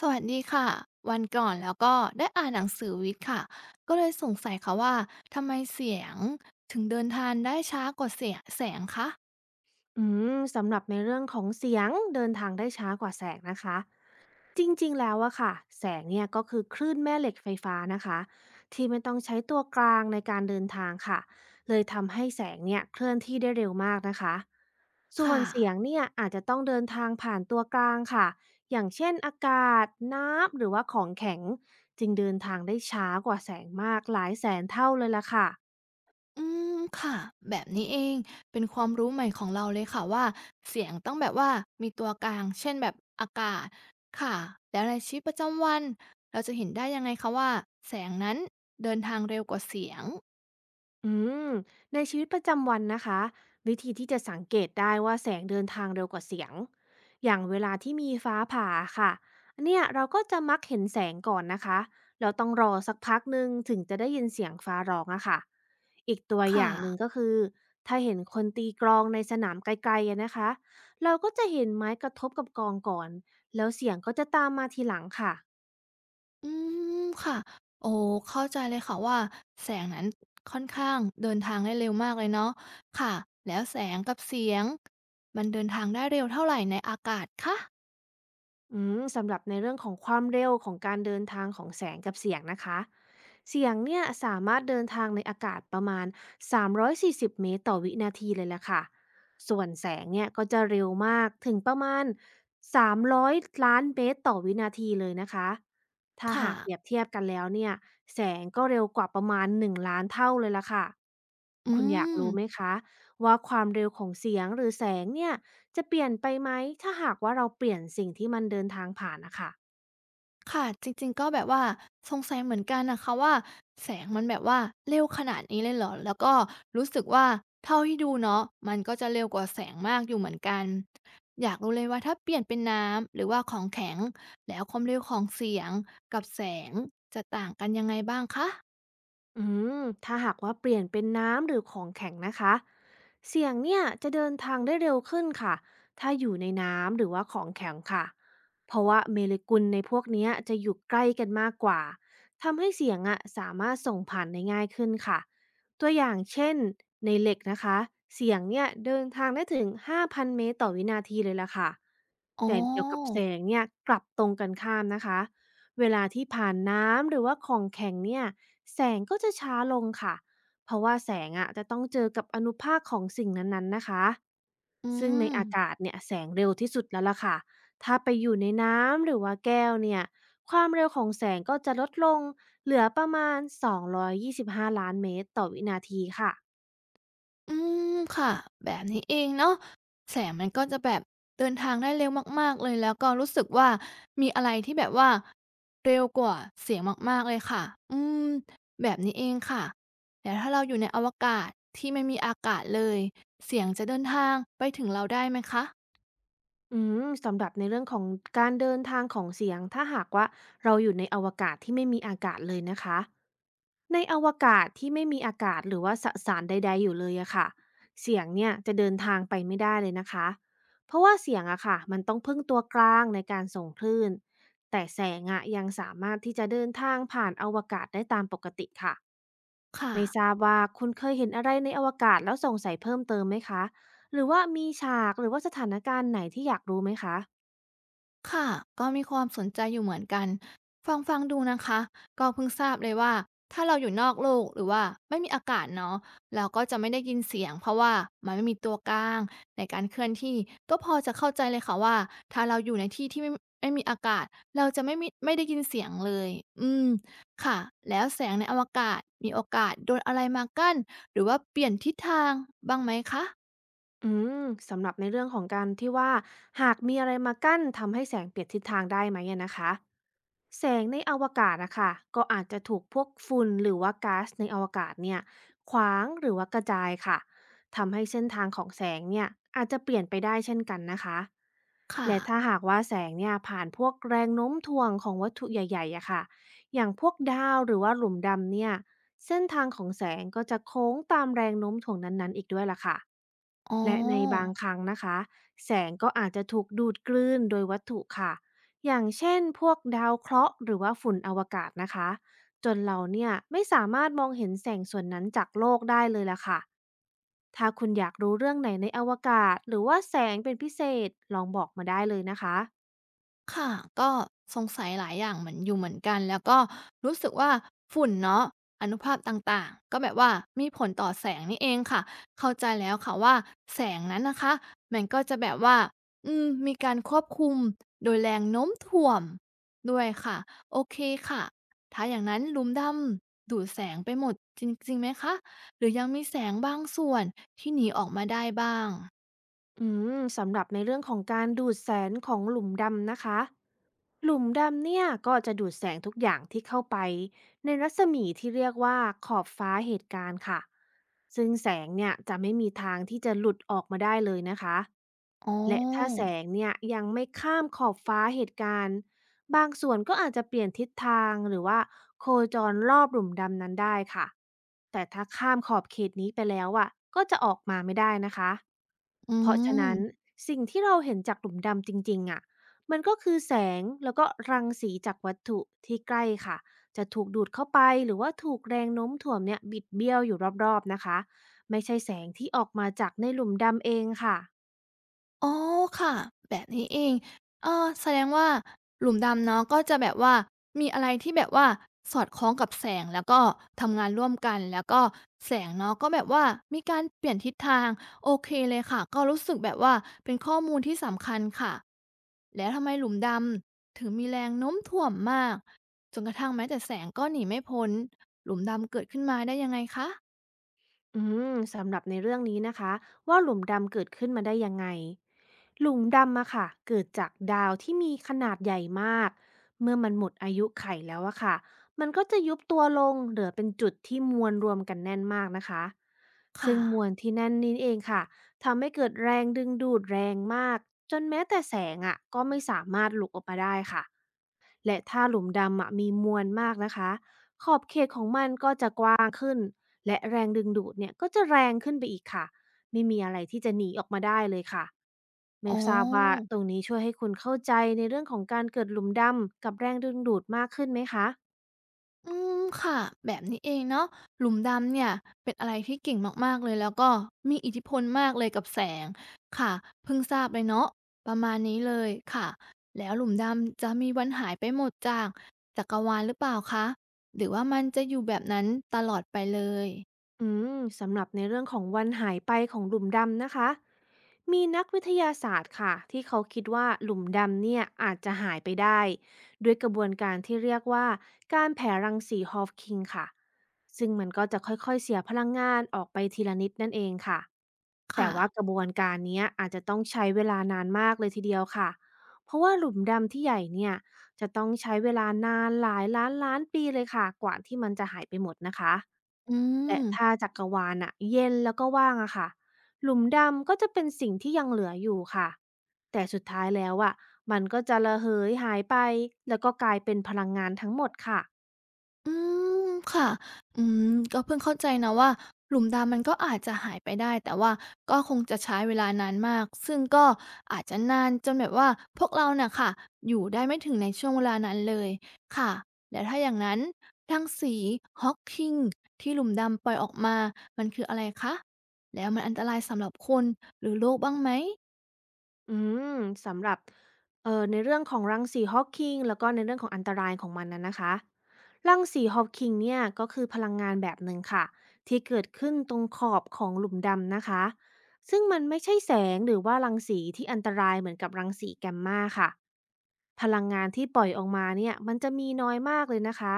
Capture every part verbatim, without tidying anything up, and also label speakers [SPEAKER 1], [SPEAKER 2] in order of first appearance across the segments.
[SPEAKER 1] สวัสดีค่ะวันก่อนแล้วก็ได้อ่านหนังสือวิทย์ค่ะก็เลยสงสัยค่ะว่าทำไมเสียงถึงเดินทางได้ช้ากว่าเสียงแสงคะ
[SPEAKER 2] อืมสำหรับในเรื่องของเสียงเดินทางได้ช้ากว่าแสงนะคะจริงๆแล้วอะค่ะแสงเนี่ยก็คือคลื่นแม่เหล็กไฟฟ้านะคะที่ไม่ต้องใช้ตัวกลางในการเดินทางค่ะเลยทำให้แสงเนี่ยเคลื่อนที่ได้เร็วมากนะคะส่ว
[SPEAKER 1] ค่ะ
[SPEAKER 2] นเสียงเนี่ยอาจจะต้องเดินทางผ่านตัวกลางค่ะอย่างเช่นอากาศน้ำหรือว่าของแข็งจึงเดินทางได้ช้ากว่าแสงมากหลายแสนเท่าเลยล่ะค่ะ
[SPEAKER 1] อืมค่ะแบบนี้เองเป็นความรู้ใหม่ของเราเลยค่ะว่าเสียงต้องแบบว่ามีตัวกลางเช่นแบบอากาศค่ะแล้วในชีวิตประจำวันเราจะเห็นได้ยังไงคะว่าแสงนั้นเดินทางเร็วกว่าเสียง
[SPEAKER 2] อืมในชีวิตประจำวันนะคะวิธีที่จะสังเกตได้ว่าแสงเดินทางเร็วกว่าเสียงอย่างเวลาที่มีฟ้าผ่าค่ะอันเนี่ยเราก็จะมักเห็นแสงก่อนนะคะเราต้องรอสักพักหนึ่งถึงจะได้ยินเสียงฟ้าร้องอะค่ะอีกตัวอ
[SPEAKER 1] ค่ะ
[SPEAKER 2] ย่างหนึ่งก็คือถ้าเห็นคนตีกลองในสนามไกลๆอะนะคะเราก็จะเห็นไม้กระทบกับกองก่อนแล้วเสียงก็จะตามมาทีหลังค่ะ
[SPEAKER 1] อืมค่ะโอ้เข้าใจเลยค่ะว่าแสงนั้นค่อนข้างเดินทางได้เร็วมากเลยเนาะค่ะแล้วแสงกับเสียงมันเดินทางได้เร็วเท่าไหร่ในอากาศคะ
[SPEAKER 2] อืมสำหรับในเรื่องของความเร็วของการเดินทางของแสงกับเสียงนะคะเสียงเนี่ยสามารถเดินทางในอากาศประมาณสามร้อยสี่สิบเมตรต่อวินาทีเลยละค่ะส่วนแสงเนี่ยก็จะเร็วมากถึงประมาณสามร้อยล้านเมตรต่อวินาทีเลยนะคะถ้า
[SPEAKER 1] ค่ะ
[SPEAKER 2] หากเปรียบเทียบกันแล้วเนี่ยแสงก็เร็วกว่าประมาณหนึ่งล้านเท่าเลยละค่ะ
[SPEAKER 1] อื
[SPEAKER 2] คุณอยาก
[SPEAKER 1] ม
[SPEAKER 2] รู้ไหมคะว่าความเร็วของเสียงหรือแสงเนี่ย จะเปลี่ยนไปไหมถ้าหากว่าเราเปลี่ยนสิ่งที่มันเดินทางผ่านนะค่ะ
[SPEAKER 1] ค่ะจริงๆก็แบบว่าสงสัยเหมือนกันน่ะค่ะว่าแสงมันแบบว่าเร็วขนาดนี้เลยเหรอแล้วก็รู้สึกว่าเท่าที่ดูเนาะมันก็จะเร็วกว่าแสงมากอยู่เหมือนกันอยากรู้เลยว่าถ้าเปลี่ยนเป็นน้ำหรือว่าของแข็งแล้วความเร็วของเสียงกับแสงจะต่างกันยังไงบ้างคะ
[SPEAKER 2] อืมถ้าหากว่าเปลี่ยนเป็นน้ำหรือของแข็งนะคะเสียงเนี่ยจะเดินทางได้เร็วขึ้นค่ะถ้าอยู่ในน้ำหรือว่าของแข็งค่ะเพราะว่าเมเลกุลในพวกเนี้ยจะอยู่ใกล้กันมากกว่าทำให้เสียงอะสามารถส่งผ่านได้ง่ายขึ้นค่ะตัวอย่างเช่นในเหล็กนะคะเสียงเนี่ยเดินทางได้ถึงห้าพันเมตรต่อวินาทีเลยล่ะค่ะ
[SPEAKER 1] อ๋
[SPEAKER 2] แต่เกี่ยวกับ
[SPEAKER 1] อ
[SPEAKER 2] แสงเนี่ยกลับตรงกันข้ามนะคะ เวลาที่ผ่านน้ำหรือว่าของแข็งเนี่ยแสงก็จะช้าลงค่ะเพราะว่าแสงอะจะต้องเจอกับอนุภาคของสิ่งนั้นๆนะคะ
[SPEAKER 1] อื
[SPEAKER 2] ซึ่งใน
[SPEAKER 1] ม
[SPEAKER 2] อากาศเนี่ยแสงเร็วที่สุดแล้วล่ะค่ะถ้าไปอยู่ในน้ำหรือว่าแก้วเนี่ยความเร็วของแสงก็จะลดลงเหลือประมาณสองร้อยยี่สิบห้าล้านเมตรต่อวินาทีค่ะ
[SPEAKER 1] อืมค่ะแบบนี้เองเนาะแสงมันก็จะแบบเดินทางได้เร็วมากๆเลยแล้วก็รู้สึกว่ามีอะไรที่แบบว่าเร็วกว่าเสียงมากๆเลยค่ะอืมแบบนี้เองค่ะแต่ถ้าเราอยู่ในอวกาศที่ไม่มีอากาศเลยเสียงจะเดินทางไปถึงเราได้ไหมคะ
[SPEAKER 2] อืมสำหรับในเรื่องของการเดินทางของเสียงถ้าหากว่าเราอยู่ในอวกาศที่ไม่มีอากาศเลยนะคะในอวกาศที่ไม่มีอากาศหรือว่าสสารใดๆอยู่เลยอะค่ะเสียงเนี่ยจะเดินทางไปไม่ได้เลยนะคะเพราะว่าเสียงอะค่ะมันต้องพึ่งตัวกลางในการส่งคลื่นแต่แสงอะยังสามารถที่จะเดินทางผ่านอวกาศได้ตามปกติค่ะ
[SPEAKER 1] ค
[SPEAKER 2] ไม่ทรา
[SPEAKER 1] ่ะ
[SPEAKER 2] บว่าคุณเคยเห็นอะไรในอวกาศแล้วสงสัยเพิ่มเติมไหมคะหรือว่ามีฉากหรือว่าสถานการณ์ไหนที่อยากรู้ไหมคะ
[SPEAKER 1] ค่ะ ก็มีความสนใจอยู่เหมือนกัน ฟังฟังดูนะคะก็เพิ่งทราบเลยว่าถ้าเราอยู่นอกโลกหรือว่าไม่มีอากาศเนาะเราก็จะไม่ได้ยินเสียงเพราะว่ามันไม่มีตัวกลางในการเคลื่อนที่ ก็พอจะเข้าใจเลยค่ะว่าถ้าเราอยู่ในที่ที่ไม่ไม่มีอากาศเราจะไม่มีไม่ได้ยินเสียงเลยอืมค่ะ แล้วแสงในอวกาศมีโอกาสโดนอะไรมากั้นหรือว่าเปลี่ยนทิศทางบ้างไหมคะ
[SPEAKER 2] อืมสำหรับในเรื่องของการที่ว่าหากมีอะไรมากั้นทำให้แสงเปลี่ยนทิศทางได้ไหมอะนะคะแสงในอวกาศนะคะก็อาจจะถูกพวกฝุ่นหรือว่าก๊าซในอวกาศเนี่ยขวางหรือว่ากระจายค่ะทำให้เส้นทางของแสงเนี่ยอาจจะเปลี่ยนไปได้เช่นกันนะคะ
[SPEAKER 1] ค่ะ
[SPEAKER 2] และถ้าหากว่าแสงเนี่ยผ่านพวกแรงโน้มถ่วงของวัตถุใหญ่ๆอะค่ะอย่างพวกดาวหรือว่าหลุมดำเนี่ยเส้นทางของแสงก็จะโค้งตามแรงโน้มถ่วงนั้นๆอีกด้วยล่ะค่ะ
[SPEAKER 1] อ๋อ
[SPEAKER 2] และในบางครั้งนะคะแสงก็อาจจะถูกดูดกลืนโดยวัตถุค่ะ อย่างเช่นพวกดาวเคราะห์หรือว่าฝุ่นอวกาศนะคะจนเราเนี่ยไม่สามารถมองเห็นแสงส่วนนั้นจากโลกได้เลยล่ะค่ะ ถ้าคุณอยากรู้เรื่องไหนในอวกาศหรือว่าแสงเป็นพิเศษลองบอกมาได้เลยนะคะ
[SPEAKER 1] ค่ะก็สงสัยหลายอย่างเหมือนอยู่เหมือนกันแล้วก็รู้สึกว่าฝุ่นเนาะอานุภาคต่างๆก็แบบว่ามีผลต่อแสงนี่เองค่ะเข้าใจแล้วค่ะว่าแสงนั้นนะคะมันก็จะแบบว่าอืมมีการควบคุมโดยแรงโน้มถ่วงด้วยค่ะโอเคค่ะถ้าอย่างนั้นหลุมดำดูดแสงไปหมดจริงจริงไหมคะหรือยังมีแสงบางส่วนที่หนีออกมาได้บ้าง
[SPEAKER 2] อืมสำหรับในเรื่องของการดูดแสงของหลุมดำนะคะหลุมดำเนี่ยก็จะดูดแสงทุกอย่างที่เข้าไปในรัศมีที่เรียกว่าขอบฟ้าเหตุการณ์ค่ะซึ่งแสงเนี่ยจะไม่มีทางที่จะหลุดออกมาได้เลยนะคะ
[SPEAKER 1] อ๋อ
[SPEAKER 2] และถ้าแสงเนี่ยยังไม่ข้ามขอบฟ้าเหตุการณ์บางส่วนก็อาจจะเปลี่ยนทิศทางหรือว่า โคจรรอบหลุมดำนั้นได้ค่ะ แต่ถ้าข้ามขอบเขตนี้ไปแล้วอะก็จะออกมาไม่ได้นะคะ
[SPEAKER 1] อื
[SPEAKER 2] เพราะฉะ
[SPEAKER 1] ม
[SPEAKER 2] นั้นสิ่งที่เราเห็นจากหลุมดำจริงๆอะมันก็คือแสงแล้วก็รังสีจากวัตถุที่ใกล้ค่ะ จะถูกดูดเข้าไปหรือว่าถูกแรงโน้มถ่วงเนี่ยบิดเบี้ยวอยู่รอบๆนะคะ ไม่ใช่แสงที่ออกมาจากในหลุมดำเองค่ะ
[SPEAKER 1] อ๋อค่ะแบบนี้เองเออแสดงว่าหลุมดำเนาะก็จะแบบว่ามีอะไรที่แบบว่าสอดคล้องกับแสงแล้วก็ทำงานร่วมกันแล้วก็แสงเนาะก็แบบว่ามีการเปลี่ยนทิศทางโอเคเลยค่ะก็รู้สึกแบบว่าเป็นข้อมูลที่สำคัญค่ะแล้วทำไมหลุมดำถึงมีแรงโน้มถ่วงมากจนกระทั่งแม้แต่แสงก็หนีไม่พ้นหลุมดำเกิดขึ้นมาได้ยังไงคะ
[SPEAKER 2] อืมสำหรับในเรื่องนี้นะคะว่าหลุมดำเกิดขึ้นมาได้ยังไงหลุมดำอะค่ะเกิดจากดาวที่มีขนาดใหญ่มากเมื่อมันหมดอายุไขแล้วอะค่ะมันก็จะยุบตัวลงเหลือเป็นจุดที่มวลรวมกันแน่นมากนะคะ
[SPEAKER 1] ค่ะ
[SPEAKER 2] ซึ่งมวลที่แน่นนี้เองค่ะทำให้เกิดแรงดึงดูดแรงมากจนแม้แต่แสงอะก็ไม่สามารถหลุดออกมาได้ค่ะ และถ้าหลุมดำอะมีมวลมากนะคะขอบเขตของมันก็จะกว้างขึ้นและแรงดึงดูดเนี่ยก็จะแรงขึ้นไปอีกค่ะไม่มีอะไรที่จะหนีออกมาได้เลยค่ะ
[SPEAKER 1] อ๋
[SPEAKER 2] ไม่
[SPEAKER 1] อ
[SPEAKER 2] ทราบว่าตรงนี้ช่วยให้คุณเข้าใจในเรื่องของการเกิดหลุมดำกับแรงดึงดูดมากขึ้นไหมคะ
[SPEAKER 1] อืมค่ะแบบนี้เองเนาะหลุมดำเนี่ยเป็นอะไรที่เก่งมากๆเลยแล้วก็มีอิทธิพลมากเลยกับแสงค่ะเพิ่งทราบเลยเนาะประมาณนี้เลยค่ะแล้วหลุมดำจะมีวันหายไปหมดจากจักรวาลหรือเปล่าคะหรือว่ามันจะอยู่แบบนั้นตลอดไปเลย
[SPEAKER 2] อืมสำหรับในเรื่องของวันหายไปของหลุมดำนะคะมีนักวิทยาศาสตร์ค่ะที่เขาคิดว่าหลุมดำเนี่ยอาจจะหายไปได้ด้วยกระบวนการที่เรียกว่าการแผ่รังสีฮอฟคิงค่ะซึ่งมันก็จะค่อยๆเสียพลังงานออกไปทีละนิดนั่นเองค่ะแต่
[SPEAKER 1] ค่ะ
[SPEAKER 2] ว่ากระบวนการเนี้ยอาจจะต้องใช้เวลานานมากเลยทีเดียวค่ะเพราะว่าหลุมดำที่ใหญ่เนี่ยจะต้องใช้เวลานานหลายล้านล้านปีเลยค่ะกว่าที่มันจะหายไปหมดนะคะ
[SPEAKER 1] อื
[SPEAKER 2] และ
[SPEAKER 1] ม
[SPEAKER 2] ถ้าจักรวาลนะเย็นแล้วก็ว่างอะค่ะหลุมดำก็จะเป็นสิ่งที่ยังเหลืออยู่ค่ะ แต่สุดท้ายแล้วอะมันก็จะระเหยหายไปแล้วก็กลายเป็นพลังงานทั้งหมดค่ะ
[SPEAKER 1] อืมค่ะ อืมก็เพิ่งเข้าใจนะว่าหลุมดำมันก็อาจจะหายไปได้แต่ว่าก็คงจะใช้เวลานานมากซึ่งก็อาจจะนานจนแบบว่าพวกเราน่ะค่ะอยู่ได้ไม่ถึงในช่วงเวลานั้นเลยค่ะแล้วถ้าอย่างนั้นรังสีฮอกกิงที่หลุมดำปล่อยออกมามันคืออะไรคะแล้วมันอันตรายสำหรับคนหรือโลกบ้างไหม
[SPEAKER 2] อืมสำหรับเอ่อในเรื่องของรังสีฮ a ว k i n g แล้วก็ในเรื่องของอันตรายของมันอะนนะคะรังสีฮ a ว k i n g เนี่ยก็คือพลังงานแบบหนึ่งค่ะที่เกิดขึ้นตรงขอบของหลุมดำนะคะซึ่งมันไม่ใช่แสงหรือว่ารังสีที่อันตรายเหมือนกับรังสีแกมมาค่ะพลังงานที่ปล่อยออกมาเนี่ยมันจะมีน้อยมากเลยนะคะ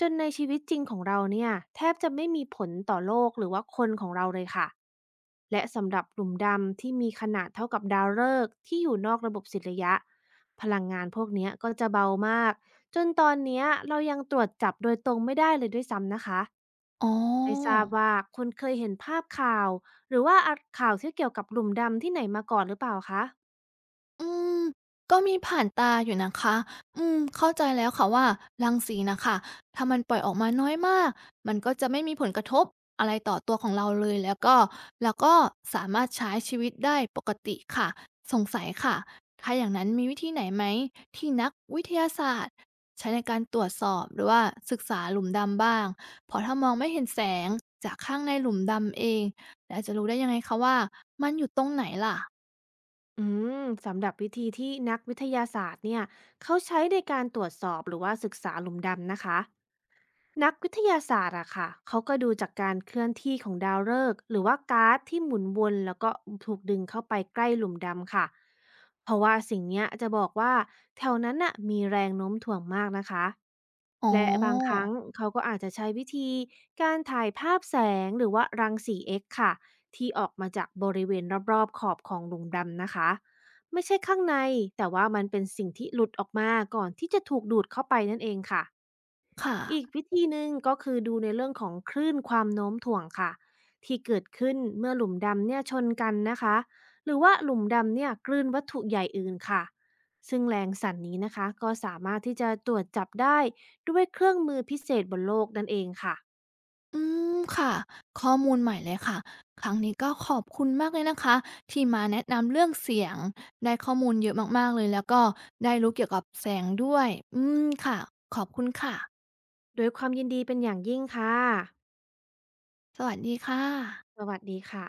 [SPEAKER 2] จนในชีวิตจริงของเราเนี่ยแทบจะไม่มีผลต่อโลกหรือว่าคนของเราเลยค่ะและสำหรับหลุมดำที่มีขนาดเท่ากับดาวฤกษ์ที่อยู่นอกระบบสิทธิยะพลังงานพวกเนี้ยก็จะเบามากจนตอนเนี้ยเรายังตรวจจับโดยตรงไม่ได้เลยด้วยซ้ำนะคะ
[SPEAKER 1] อ๋อ
[SPEAKER 2] ไม่ทราบว่าคุณเคยเห็นภาพข่าวหรือว่าอ่ะข่าวที่เกี่ยวกับหลุมดำที่ไหนมาก่อนหรือเปล่าคะ
[SPEAKER 1] อืม ก็มีผ่านตาอยู่นะคะ อืม เข้าใจแล้วค่ะว่ารังสีน่ะค่ะถ้ามันปล่อยออกมาน้อยมาก มันก็จะไม่มีผลกระทบอะไรต่อตัวของเราเลยแล้วก็เราก็สามารถใช้ชีวิตได้ปกติค่ะ สงสัยค่ะ ถ้าอย่างนั้นมีวิธีไหนไหมที่นักวิทยาศาสตร์ใช้ในการตรวจสอบหรือว่าศึกษาหลุมดำบ้าง เพราะถ้ามองไม่เห็นแสงจากข้างในหลุมดำเองแล้วจะรู้ได้ยังไงคะว่ามันอยู่ตรงไหนล่ะ
[SPEAKER 2] อืมสำหรับวิธีที่นักวิทยาศาสตร์เนี่ยเขาใช้ในการตรวจสอบหรือว่าศึกษาหลุมดำนะคะ นักวิทยาศาสตร์อะค่ะเขาก็ดูจากการเคลื่อนที่ของดาวฤกษ์หรือว่าก๊าซที่หมุนวนแล้วก็ถูกดึงเข้าไปใกล้หลุมดำค่ะ เพราะว่าสิ่งเนี้ยจะบอกว่าแถวนั้นน่ะมีแรงโน้มถ่วงมากนะคะ
[SPEAKER 1] อ๋อ
[SPEAKER 2] และบางครั้งเขาก็อาจจะใช้วิธีการถ่ายภาพแสงหรือว่ารังสี เอ็กซ์ ค่ะที่ออกมาจากบริเวณรอบๆขอบของหลุมดำนะคะไม่ใช่ข้างในแต่ว่ามันเป็นสิ่งที่หลุดออกมาก่อนที่จะถูกดูดเข้าไปนั่นเองค่ะ อีก
[SPEAKER 1] ค่ะ
[SPEAKER 2] วิธีหนึ่งก็คือดูในเรื่องของคลื่นความโน้มถ่วงค่ะที่เกิดขึ้นเมื่อหลุมดำเนี่ยชนกันนะคะหรือว่าหลุมดำเนี่ยกลืนวัตถุใหญ่อื่นค่ะซึ่งแรงสั่นนี้นะคะก็สามารถที่จะตรวจจับได้ด้วยเครื่องมือพิเศษบนโลกนั่นเองค่ะ
[SPEAKER 1] อืมค่ะข้อมูลใหม่เลยค่ะครั้งนี้ก็ขอบคุณมากเลยนะคะที่มาแนะนำเรื่องเสียงได้ข้อมูลเยอะมากๆเลยแล้วก็ได้รู้เกี่ยวกับแสงด้วยอืมค่ะขอบคุณค่ะ
[SPEAKER 2] โดวยความยินดีเป็นอย่างยิ่งค่ะ
[SPEAKER 1] สวัสดีค่ะ
[SPEAKER 2] สวัสดีค่ะ